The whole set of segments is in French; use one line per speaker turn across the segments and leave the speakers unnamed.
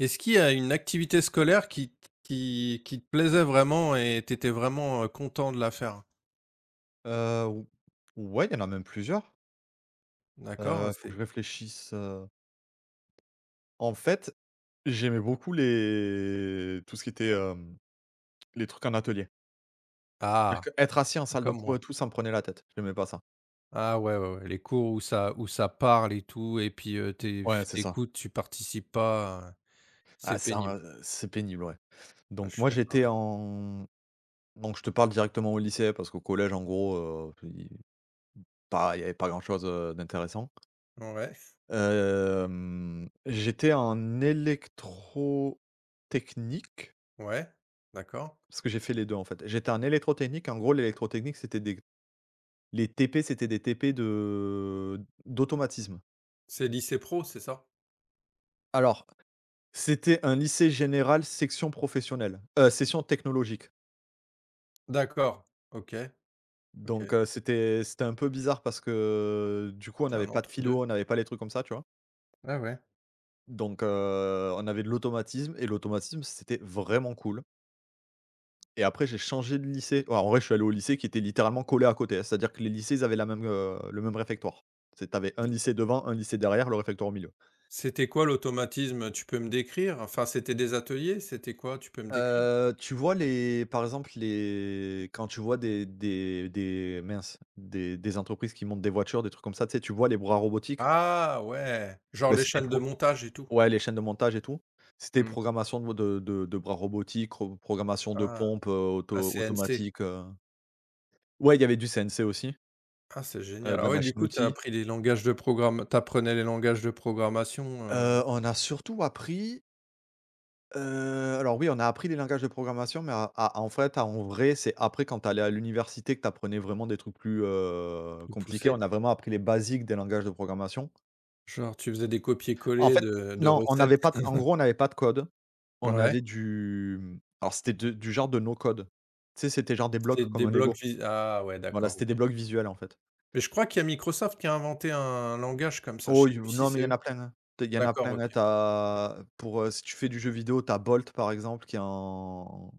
Est-ce qu'il y a une activité scolaire qui t qui te plaisait vraiment et tu étais vraiment, content de la faire?
Heu, ou ouais, il y en a même plusieurs.
D'accord,
Faut que je
c'est
réfléchisse, en fait, j'aimais beaucoup les tout ce qui était, les trucs en atelier. C'est-à-dire que
ah!
être assis en salle de
Comme
cours et
moi.
tout, ça me prenait la tête. J'aimais pas ça.
Ah ouais, ouais, ouais, les cours où ça parle et tout et puis, heu, tu
Ouais, c'est
é
ça.
tu participes pas, c'est
Ah ça,
pénible.
c'est pénible, ouais.
Ah, je
Donc
suis
moi,
d'accord
j'étais
avec
en Donc je te parle directement au lycée parce qu'au collège, en gros, i pas il y avait pas grand-chose, d'intéressant.
toi. Ouais,
J'étais en électrotechnique.
ouais, d'accord.
Parce que j'ai fait les 2 en fait. J'étais en électrotechnique, en gros l'électrotechnique c'était des les TP c'était des TP de d'automatisme.
C'est lycée pro, c'est ça?
Alors, c'était un lycée général section professionnelle, section technologique.
D'accord, OK, OK,
Donc, c'était un peu bizarre parce que, du coup, on
c'est
n'avait
un
pas de
entre-deux.
philo, on n'avait pas les trucs comme ça, tu vois?
Ah ouais.
Donc, on avait de l'automatisme et l'automatisme c'était vraiment cool. Et après j'ai changé de lycée. Ouais, en vrai, je suis allé au lycée qui était littéralement collé à côté, c'est-à-dire que les lycées, ils avaient la même, le même réfectoire. C'est tu un
D
lycée devant, un lycée derrière, le réfectoire au milieu.
c'était quoi l'automatisme? Tu peux me décrire? Enfin, c'était des ateliers? C'était quoi? Tu peux me décrire?
Tu vois les par exemple les quand tu vois des entreprises qui montent des voitures, des trucs comme ça, tu sais, tu vois les bras robotiques?
Ah ouais! Genre
Ben
les
c'était
chaînes de
pro
montage et tout?
Ouais, les chaînes de montage et tout. C'était
Mmh.
programmation de bras robotiques, ro programmation de
Ah,
pompes,
la CNC.
automatique, ouais, il y avait du CNC aussi,
Ah, c'est génial.
de
Ah
la
ouais, du
machine
coup, tu as
outil.
appris les langages de programme tu apprenais les langages de programmation,
On a surtout appris, oui, on a appris les langages de programmation, mais à en fait, en vrai, c'est après quand tu allais à l'université que tu apprenais vraiment des trucs plus,
plus
compliqués. On
poussés?
a vraiment appris les basiques des langages de programmation.
Genre tu faisais des
En
copier-coller
fait,
de
non, on
recettes?
n'avait pas d en gros, on n'avait pas de code. On
Ouais,
avait du, alors c'était de du genre de no code. Tu sais, c'était genre des
c'était
blocs comme
des
un
blocs
Lego.
vis ah ouais,
Voilà,
d'accord,
c'était des
OK.
blocs visuels, en fait.
Mais je crois qu'il y a Microsoft qui a inventé un langage comme ça, je
Oh,
sais
il
plus si
Non, mais il
c'est
y en a
eux.
plein, hein. Il y en a
D'accord,
plein,
OK.
hein. Tu Pour, si tu fais du jeu vidéo, tu as Bolt, par exemple,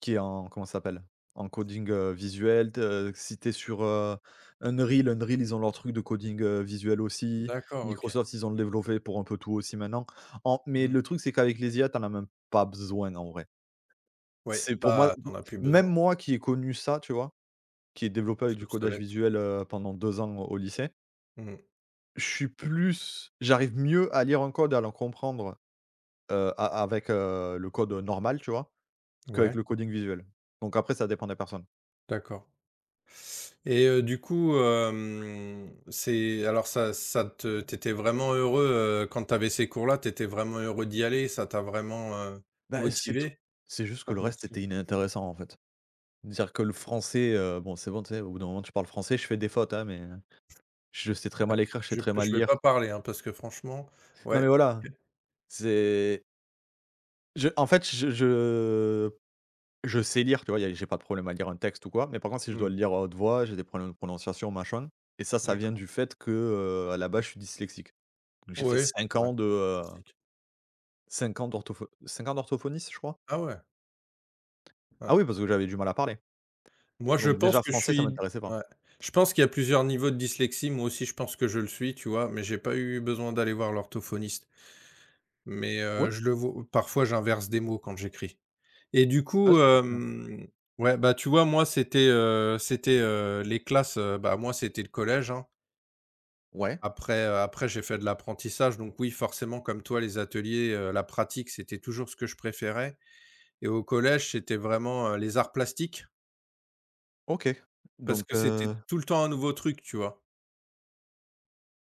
qui est en comment ça s'appelle? En coding, visuel, t si tu es sur, Unreal, ils ont leur truc de coding, visuel aussi.
D'accord, OK.
Microsoft, ils ont le développé pour un peu tout aussi maintenant. En mais le
Mmh.
truc, c'est qu'avec les IA, tu as même pas besoin en vrai.
Ouais,
C'est pour moi,
bah, t'en as plus besoin,
même moi qui ai connu ça, tu vois? Qui ai développé avec
c'est
du codage
obsolète.
visuel, pendant 2 ans au lycée,
Mmh.
je suis plus j'arrive mieux à lire un code, et à le comprendre, a avec, le code normal, tu vois? Qu'avec
Ouais,
le coding visuel. Donc après, ça dépend des personnes.
d'accord. Et c'est alors ça ça te tu vraiment heureux, quand tu avais ces cours-là, t'étais vraiment heureux d'y aller, ça t'a vraiment,
Bah, c'est tout
motivé?
c'est juste
Ça
que le
te
reste
motivait?
était inintéressant, en fait. Dire que le français, bon, c'est bon, tu sais, au bout d'un moment, tu parles français, je fais des fautes, hein, mais je sais très
Ouais.
mal écrire, je sais très mal
Je vais
lire.
pas parler, hein, parce que franchement
Non, mais
ouais,
voilà,
OK.
c'est je en fait, je sais lire, tu vois? Y a J'ai pas de problème à lire un texte ou quoi, mais par contre, si je dois
Mmh,
le lire à haute voix, j'ai des problèmes de prononciation, machin et ça vient
d'accord.
du fait que, à la base, je suis dyslexique. Donc j'ai fait
Ouais,
cinq
ouais,
ans de,
classique.
5 ans d'orthopho 5 ans d'orthophoniste, je crois?
Ah ouais?
Ah
Ouais.
oui, parce que j'avais du mal à parler.
Moi, je
Donc
pense
déjà
que je
français, ça
suis
m'intéressait pas.
ouais, je pense qu'il y a plusieurs niveaux de dyslexie. Moi aussi, je pense que je le suis, tu vois? Mais j'ai pas eu besoin d'aller voir l'orthophoniste. Mais
Ouais,
je le vois parfois, j'inverse des mots quand j'écris. Et
ouais, c'est possible, hein.
ouais, bah, tu vois, moi, les classes, bah, moi, c'était le collège, hein.
Ouais,
Après, après j'ai fait de l'apprentissage, donc oui, forcément, comme toi, les ateliers, la pratique, c'était toujours ce que je préférais et au collège, c'était vraiment, les arts plastiques
OK.
parce
Donc
que
heu,
c'était tout le temps un nouveau truc, tu vois?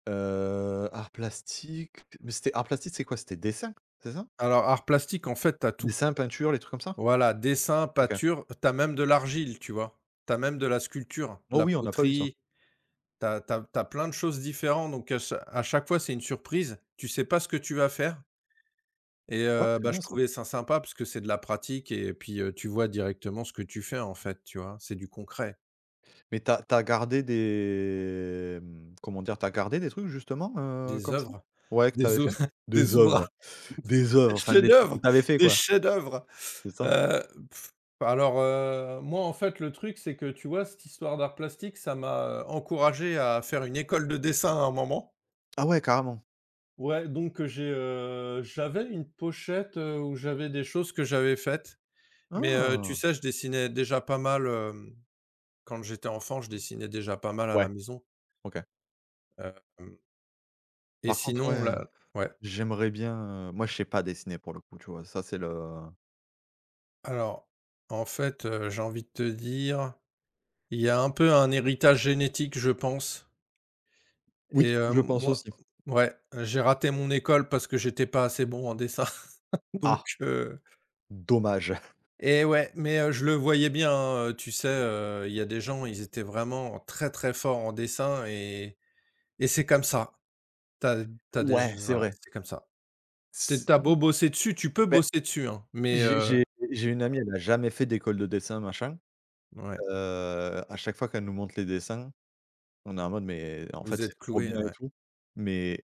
heu, art plastique, mais c'était art plastique, c'est quoi? C'était dessin, c'est ça?
Alors, arts plastiques, en fait, t'as tout.
Dessin, peinture, les trucs comme ça?
Voilà, dessin,
OK.
peinture, t'as même de l'argile, tu vois? T'as même de la sculpture, de
Oh
la
oui, on n'a pas eu ça.
poterie. T'as plein de choses différentes donc à chaque fois, c'est une surprise. Tu sais pas ce que tu vas faire et
Ouais. C'est
bah,
bien
je
ça.
trouvais ça sympa parce que c'est de la pratique et puis, tu vois directement ce que tu fais, en fait, tu vois? C'est du concret,
Tu as gardé des, comment dire? Tu as gardé des trucs justement,
des
comme ça?
œuvres,
Ouais, que tu avais
des ou
fait? Des
des ouvrages,
œuvres, des œuvres, enfin des trucs que
chefs-d'œuvre,
tu avais fait
des
quoi,
chefs-d'œuvre.
c'est ça?
Heu, moi, en fait, le truc, c'est que, tu vois, cette histoire d'art plastique, ça m'a encouragé à faire une école de dessin à un moment.
Ah ouais, carrément.
Ouais, donc j'ai, j'avais une pochette, où j'avais des choses que j'avais faites, mais tu
Ah!
sais, je dessinais déjà pas mal, quand j'étais enfant, je dessinais déjà pas mal à
Ouais,
la maison,
OK.
hem et
Par contre,
sinon
ouais,
là ouais.
j'aimerais bien, moi je sais pas dessiner pour le coup, tu vois? Ça c'est le
Alors, en fait, j'ai envie de te dire, il y a un peu un héritage génétique, je pense
Oui,
et
je pense
moi
aussi.
ouais, j'ai raté mon école parce que j'étais pas assez bon en dessin donc
Ah!
heu
Dommage.
et ouais, mais je le voyais bien, hein, tu sais, il y a des gens, ils étaient vraiment très, très forts en dessin et c'est comme ça. T'as t'as des
Ouais, c'est
voilà,
vrai.
c'est comme ça. Tu
C
es beau bosser dessus, tu peux
beh,
bosser dessus, hein, mais
j'ai j'ai j'ai une amie, elle a jamais fait d'école de dessin machin,
ouais,
à chaque fois qu'elle nous montre les dessins, on est en mode: «Mais en fait
vous
c'est
êtes
trop
cloués,
bien et
ouais.
tout», mais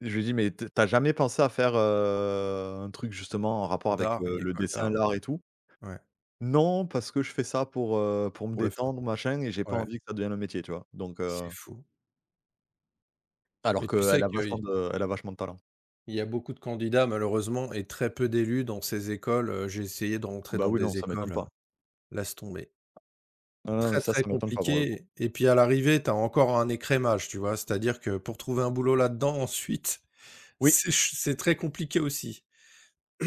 je lui dis: «Mais t Tu jamais pensé à faire, un truc justement en rapport avec
D'art, une
le
école
dessin,
d'art,
l'art et tout?»
ouais,
«Non, parce que je fais ça pour me
pour le faire.
détendre machin et j'ai pas
Ouais,
envie que ça devienne un métier», tu vois? Donc heu,
c'est fou.
Alors
Mais tu
qu'elle
sais
a vachement
qu'il
de elle a vachement de talent.
y a beaucoup de candidats malheureusement et très peu d'élus dans ces écoles, j'ai essayé de rentrer
Bah,
dans
oui, non,
des
ça m'étonne
écoles,
pas.
laisse tomber.
Non, non, mais
Très,
ça,
très
ça m'étonne pas pour le coup.
compliqué et puis à l'arrivée, tu as encore un écrémage, tu vois? C'est-à-dire que pour trouver un boulot là-dedans ensuite,
Oui,
c'est très compliqué aussi.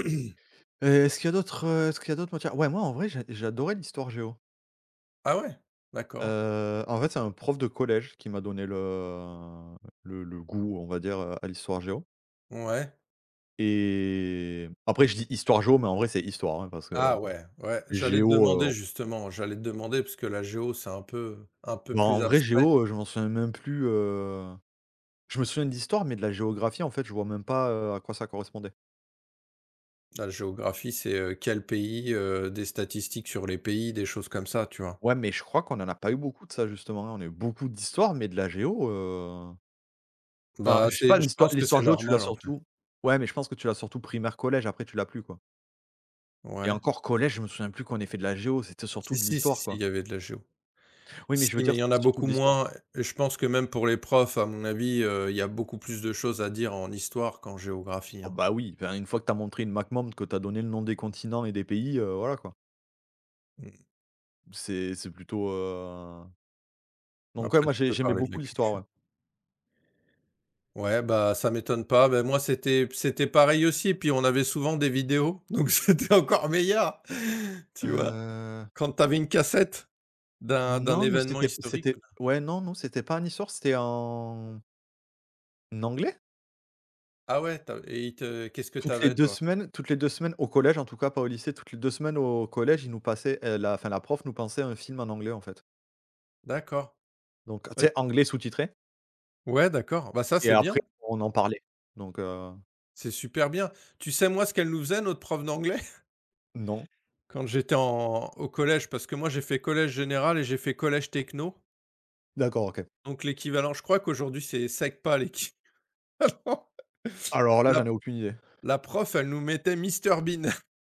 est-ce qu'il y a d'autres matières? Ouais, moi, en vrai, j'adorais l'histoire géo.
Ah ouais? D'accord.
En fait, c'est un prof de collège qui m'a donné le goût, on va dire, à l'histoire géo
Ouais.
et après je dis histoire géo, mais en vrai, c'est histoire, hein, parce que
Ah ouais, ouais. J'allais te
géo,
demander justement, j'allais te demander parce que la géo, c'est un peu
en
plus
vrai,
abstrait.
géo, je m'en souviens même plus, je me souviens d'histoire, mais de la géographie, en fait, je vois même pas, à quoi ça correspondait.
La géographie, c'est, quel pays, des statistiques sur les pays, des choses comme ça, tu vois?
Ouais, mais je crois qu'on n'en a pas eu beaucoup de ça justement, hein. On a eu beaucoup d'histoires, mais de la géo,
Bah,
je sais pas
c'est je pense que
l'histoire
c'est
géo, tu l'as
normal en fait.
surtout ouais, mais je pense que tu l'as surtout primaire, collège, après tu l'as plus, quoi et
Ouais.
encore collège, je me souviens plus qu'on ait fait de la géo, c'était surtout
Si,
de
si, si,
l'histoire,
si,
quoi.
il y avait de la géo.
Oui, mais je veux
Si, mais
dire,
il y en
c'était
a
surtout de
beaucoup
l'histoire.
moins je pense que même pour les profs, à mon avis, il y a beaucoup plus de choses à dire en histoire qu'en géographie,
Ah
hein.
bah oui, enfin, une fois que tu as montré une MacMonde, que tu as donné le nom des continents et des pays, voilà, quoi.
Mmh.
C'est c'est plutôt, heu donc ouais,
Après
moi
tu peux
j'aimais
parler de
beaucoup
la
l'histoire,
culture.
ouais.
Ouais, bah, ça m'étonne pas. Bah, moi, c'était pareil aussi puis on avait souvent des vidéos, donc c'était encore meilleur, tu vois?
Heu,
Quand t'avais une cassette d'un
non, nous,
événement
c'était
historique
c'était Ouais, non, nous, c'était pas en histoire, c'était en anglais.
ah ouais, tu et ils te qu'est-ce que t'avais, toi?
Toutes les 2 semaines au collège en tout cas, pas au lycée, toutes les 2 semaines au collège, ils nous passaient, la prof nous passait un film en anglais en fait.
D'accord.
Donc tu
Ouais
sais,
t
anglais sous-titré
ouais d'accord. Bah, ça,
et
c'est bien.
après on en parlait. Donc
C'est super bien. Tu sais moi ce qu'elle nous faisait notre prof d'anglais?
non.
Quand j'étais en au collège, parce que moi j'ai fait collège général et j'ai fait collège techno,
D'accord, OK.
donc l'équivalent je crois qu'aujourd'hui c'est SECPA l'équivalent.
Alors là,
La
j'en ai aucune idée.
la prof elle nous mettait Mister Bean.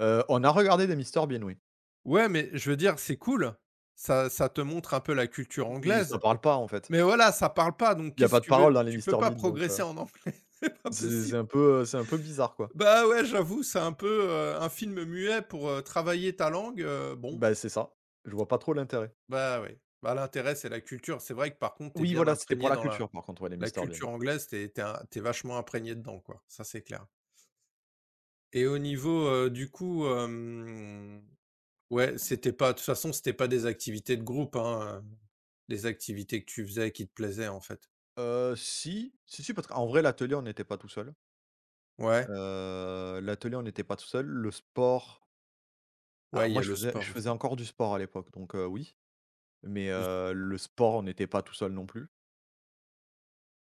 On a regardé des Mister Bean, oui,
Ouais, mais je veux dire c'est cool, ça te montre un peu la culture
mais ça
anglaise,
parle pas en fait.
mais voilà, ça parle pas donc
Il y a
qu'est-ce
pas
que
de
tu
parole
veux?
dans les
Tu
Mister
peux pas
Bean donc
progresser en anglais, pas possible.
c'est un peu bizarre quoi.
Bah ouais, j'avoue, c'est un peu, un film muet pour, travailler ta langue, bon.
Bah, c'est ça. Je vois pas trop l'intérêt.
Bah, oui. Bah, l'intérêt, c'est la culture. C'est vrai que par contre, tu es
Oui
bien
voilà, c'était pour
imprégné
la
dans
culture par contre, ouais, les
la
Mister Bean.
culture anglaise, tu es vachement imprégné dedans, quoi. Ça, c'est clair. Et au niveau, ouais, c'était pas de toute façon, c'était pas des activités de groupe, hein, les activités que tu faisais qui te plaisaient, en fait?
Si, si, si, parce qu'en vrai l'atelier, on n'était pas tout seul.
Ouais,
L'atelier, on n'était pas tout seul. Le sport, ah
ouais, il
moi,
y a le
je
sport aussi.
faisais encore du sport à l'époque, donc oui, mais
Juste
le sport, on n'était pas tout seul non plus.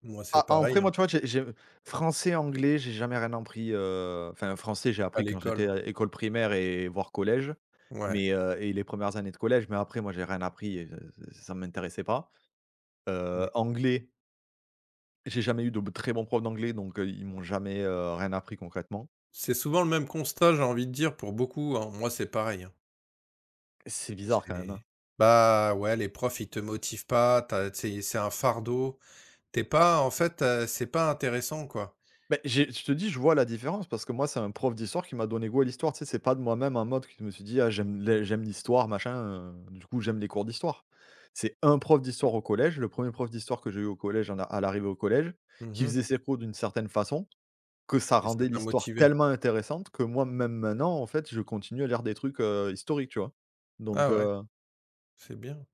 moi, c'est
Ah, en
pareil,
après,
hein,
moi, tu vois, j'ai français, anglais, j'ai jamais rien appris, français, j'ai
à
appris quand
l'école.
j'étais à école primaire et voire collège,
Ouais,
mais et les premières années de collège, mais après, moi, j'ai rien appris et ç ça ne m'intéressait pas.
mmh.
Anglais, j'ai jamais eu de b très bons profs d'anglais, donc ils m'ont jamais, rien appris concrètement.
C'est souvent le même constat, j'ai envie de dire, pour beaucoup, hein. Moi, c'est pareil, hein.
C'est bizarre quand même,
C'est
hein?
bah, ouais, les profs, ils te motivent pas, tu c'est un fardeau. T'es pas en fait, c'est pas intéressant, quoi.
Mais j'ai Je te dis, je vois la différence parce que moi, c'est un prof d'histoire qui m'a donné goût à l'histoire. Tu sais, c'est pas de moi-même en mode que je me suis dit: «Ah, j'aime l'histoire, machin, du coup, j'aime les cours d'histoire». C'est un prof d'histoire au collège, le premier prof d'histoire que j'ai eu au collège, en a à l'arrivée au collège, qui
Mmh
faisait ses cours d'une certaine façon, que ça
et ça
rendait
t'a
l'histoire
motivé.
tellement intéressante que moi, même maintenant, en fait, je continue à lire des trucs, historiques, tu vois? Donc
Ah ouais, c'est bien.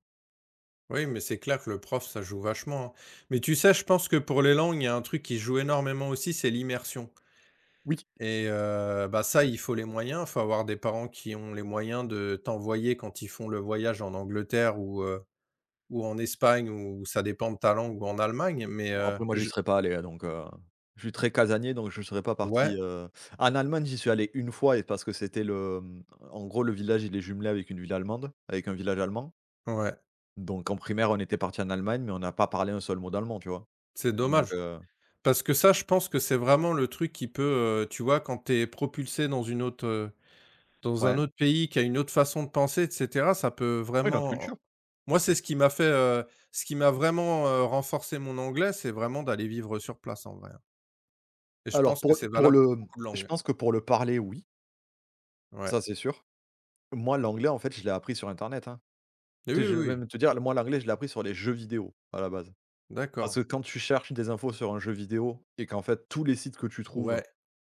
Oui, mais c'est clair que le prof, ça joue vachement, hein. Mais tu sais, je pense que pour les langues, il y a un truc qui joue énormément aussi, c'est l'immersion.
oui.
Et bah, ça, il faut les moyens. Il faut avoir des parents qui ont les moyens de t'envoyer quand ils font le voyage en Angleterre ou en Espagne ou ça dépend de ta langue ou en Allemagne, mais
Bon, après moi j'y
je
serais pas allé, hein, donc je suis très casanier, donc je serais pas parti,
ouais,
en Allemagne, j'y suis allé une fois et parce que c'était le, en gros, le village, il est jumelé avec une ville allemande avec un village allemand.
ouais,
Donc en primaire, on était parti en Allemagne, mais on n'a pas parlé un seul mot d'allemand, tu vois?
c'est
Donc
dommage. Parce que ça, je pense que c'est vraiment le truc qui peut, tu vois, quand t'es propulsé dans une autre, dans un
ouais.
autre pays qui a une autre façon de penser et cetera, ça peut
Oui, notre
vraiment
culture.
moi, c'est ce qui m'a fait, ce qui m'a vraiment, renforcé mon anglais, c'est vraiment d'aller vivre sur place, en vrai. Et je
Alors
pense que
pour
c'est
pour
valable pour
le
beaucoup de
je
langues.
pense que pour le parler, oui,
Ouais.
ça c'est sûr. Moi, l'anglais, en fait, je l'ai appris sur internet, hein.
Et
Tu
oui,
sais, je
oui,
vais
oui.
même te dire, moi, l'anglais, je l'ai appris sur les jeux vidéo, à la base. Parce
D'accord.
que quand tu cherches des infos sur un jeu vidéo et qu'en fait tous les sites que tu trouves,
Ouais,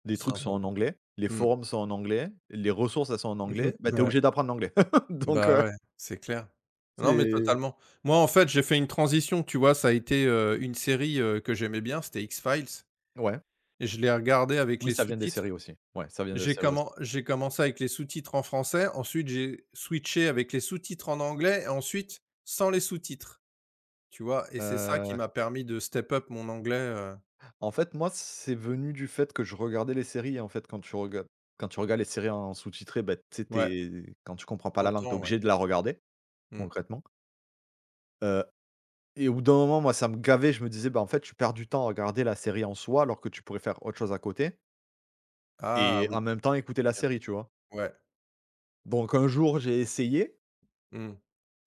les
ils
trucs
sont
sont en
drôles.
anglais, les
Mmh. Mmh
forums sont en anglais, les ressources, elles sont en
mh.
anglais, bah, tu es
Ouais.
obligé d'apprendre l'anglais. Donc
Bah,
heu,
ouais, c'est clair. Non, mais
c'est
totalement. Moi, en fait, j'ai fait une transition, tu vois? Ça a été, une série, que j'aimais bien, c'était X-Files
ouais.
et je l'ai regardée avec
Oui,
les
ça vient des séries
sous-titres.
aussi. Ouais, ça vient des séries aussi.
J'ai commencé avec les sous-titres en français, ensuite j'ai switché avec les sous-titres en anglais et ensuite sans les sous-titres, tu vois? Et c'est ça qui
Heu,
m'a permis de step up mon anglais,
en fait, moi, c'est venu du fait que je regardais les séries en fait, quand tu regardes les séries en sous-titré, bah, tu sais,
ouais,
tu quand tu comprends pas la langue, tu es
t'entends, ouais.
obligé de la regarder,
Mmh.
concrètement. Heu et au bout d'un moment, moi, ça me gavait, je me disais: «Bah, en fait, tu perds du temps à regarder la série en soi alors que tu pourrais faire autre chose à côté
Ah
et
oui.
en même temps
Tu
écouter
veux
la
dire?
série», tu vois?
Ouais,
Donc un jour, j'ai essayé.
mmh.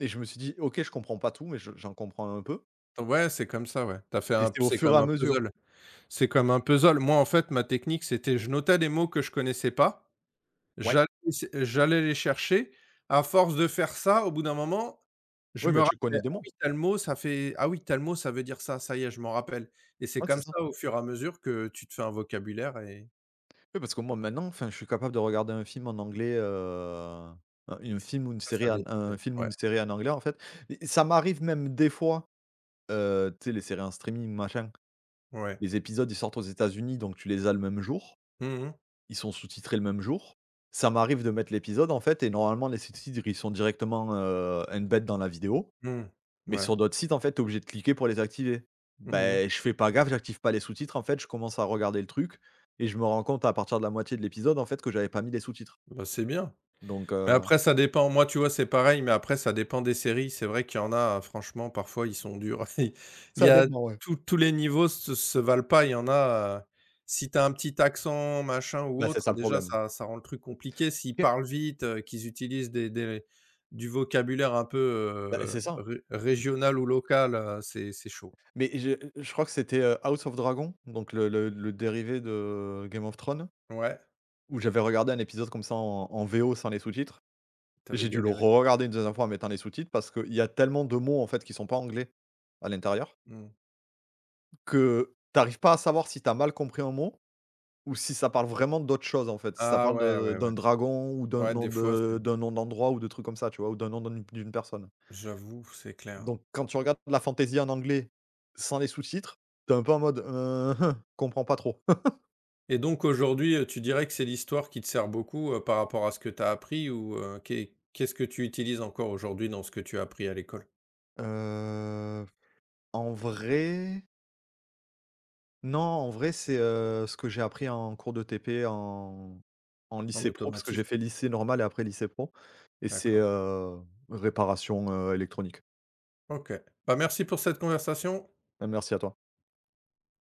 Et je me suis dit: «OK, je comprends pas tout, mais je j'en comprends un peu»
Ouais, c'est comme ça, ouais. t'as fait
et
un
c'est au
c'est
fur et
comme
à
un
mesure.
puzzle. C'est comme un puzzle. Moi, en fait, ma technique, c'était je notais les mots que je connaissais pas,
Ouais.
j'allais j'allais les chercher. À force de faire ça, au bout d'un moment, je
Oui,
me
bah, tu
rappelais:
connais des
«Ah
mots.
oui, tel mot, ça fait ah oui, tel mot, ça veut dire ça, ça y est, je m'en rappelle» et c'est
Ouais,
comme
c'est ça.
ça, au fur et à mesure, que tu te fais un vocabulaire et
Oui, parce que moi, maintenant, enfin, je suis capable de regarder un film en anglais, un film ou une
ça,
série
ça
en
dépend
un
des
film ou
ouais,
une série en anglais, en fait, et ça m'arrive même des fois, tu sais, les séries en streaming, machin,
ouais.
les épisodes, ils sortent aux États-Unis, donc tu les as le même jour.
Mmh mh.
Ils sont sous-titrés le même jour. Ça m'arrive de mettre l'épisode, en fait, et normalement, les sous-titres, ils sont directement, embed dans la vidéo.
Mmh.
Mais
Ouais.
sur d'autres sites, en fait, tu es obligé de cliquer pour les activer.
Mmh
Ben je fais pas gaffe, j'active pas les sous-titres, en fait, je commence à regarder le truc et je me rends compte à partir de la moitié de l'épisode, en fait, que j'avais pas mis les sous-titres.
Bah, c'est bien.
Donc
Mais
heu
après, ça dépend. Moi, tu vois, c'est pareil, mais après, ça dépend des séries. C'est vrai qu'il y en a, hein, franchement, parfois, ils sont durs. Il y
Ça
a
dépend, ouais.
tous les niveaux se valent pas. Il y en a, si t'as un petit accent, machin ou
Bah, c'est ça
autre,
le
déjà,
problème.
ça rend le truc compliqué. S'ils
OK.
parlent vite, qu'ils utilisent des du vocabulaire un peu,
Bah, c'est ça.
ré régional ou local, c'est chaud.
Mais je crois que c'était, House of Dragon, donc le le dérivé de Game of Thrones,
Ouais,
où j'avais regardé un épisode comme ça en en VO sans les sous-titres.
t'avais
J'ai dû le
galéré.
re-regarder une deuxième fois en mettant les sous-titres parce qu'il y a tellement de mots, en fait, qui sont pas anglais à l'intérieur
Mmh.
que t'arrives pas à savoir si t'as mal compris un mot ou si ça parle vraiment d'autre chose, en fait. Si ça
Ah
parle
ouais,
de
ouais, ouais.
d'un dragon ou d'un
Ouais,
nom
des fois, c'est
de d'un nom d'endroit ou de trucs comme ça, tu vois? Ou d'un nom d'une d'une personne.
j'avoue, c'est clair.
Donc quand tu regardes de la fantasy en anglais sans les sous-titres, t'es un peu en mode: comprends pas trop».
Et donc aujourd'hui, tu dirais que c'est l'histoire qui te sert beaucoup, par rapport à ce que tu as appris ou, qu'est-ce que tu utilises encore aujourd'hui dans ce que tu as appris à l'école?
Heu, En vrai, non, en vrai, c'est, ce que j'ai appris en cours de TP en en
En
lycée pro, parce que j'ai
automatisme?
fait lycée normal et après lycée pro et c'est,
D'accord.
réparation, électronique.
OK. Bah, merci pour cette conversation.
Merci à toi.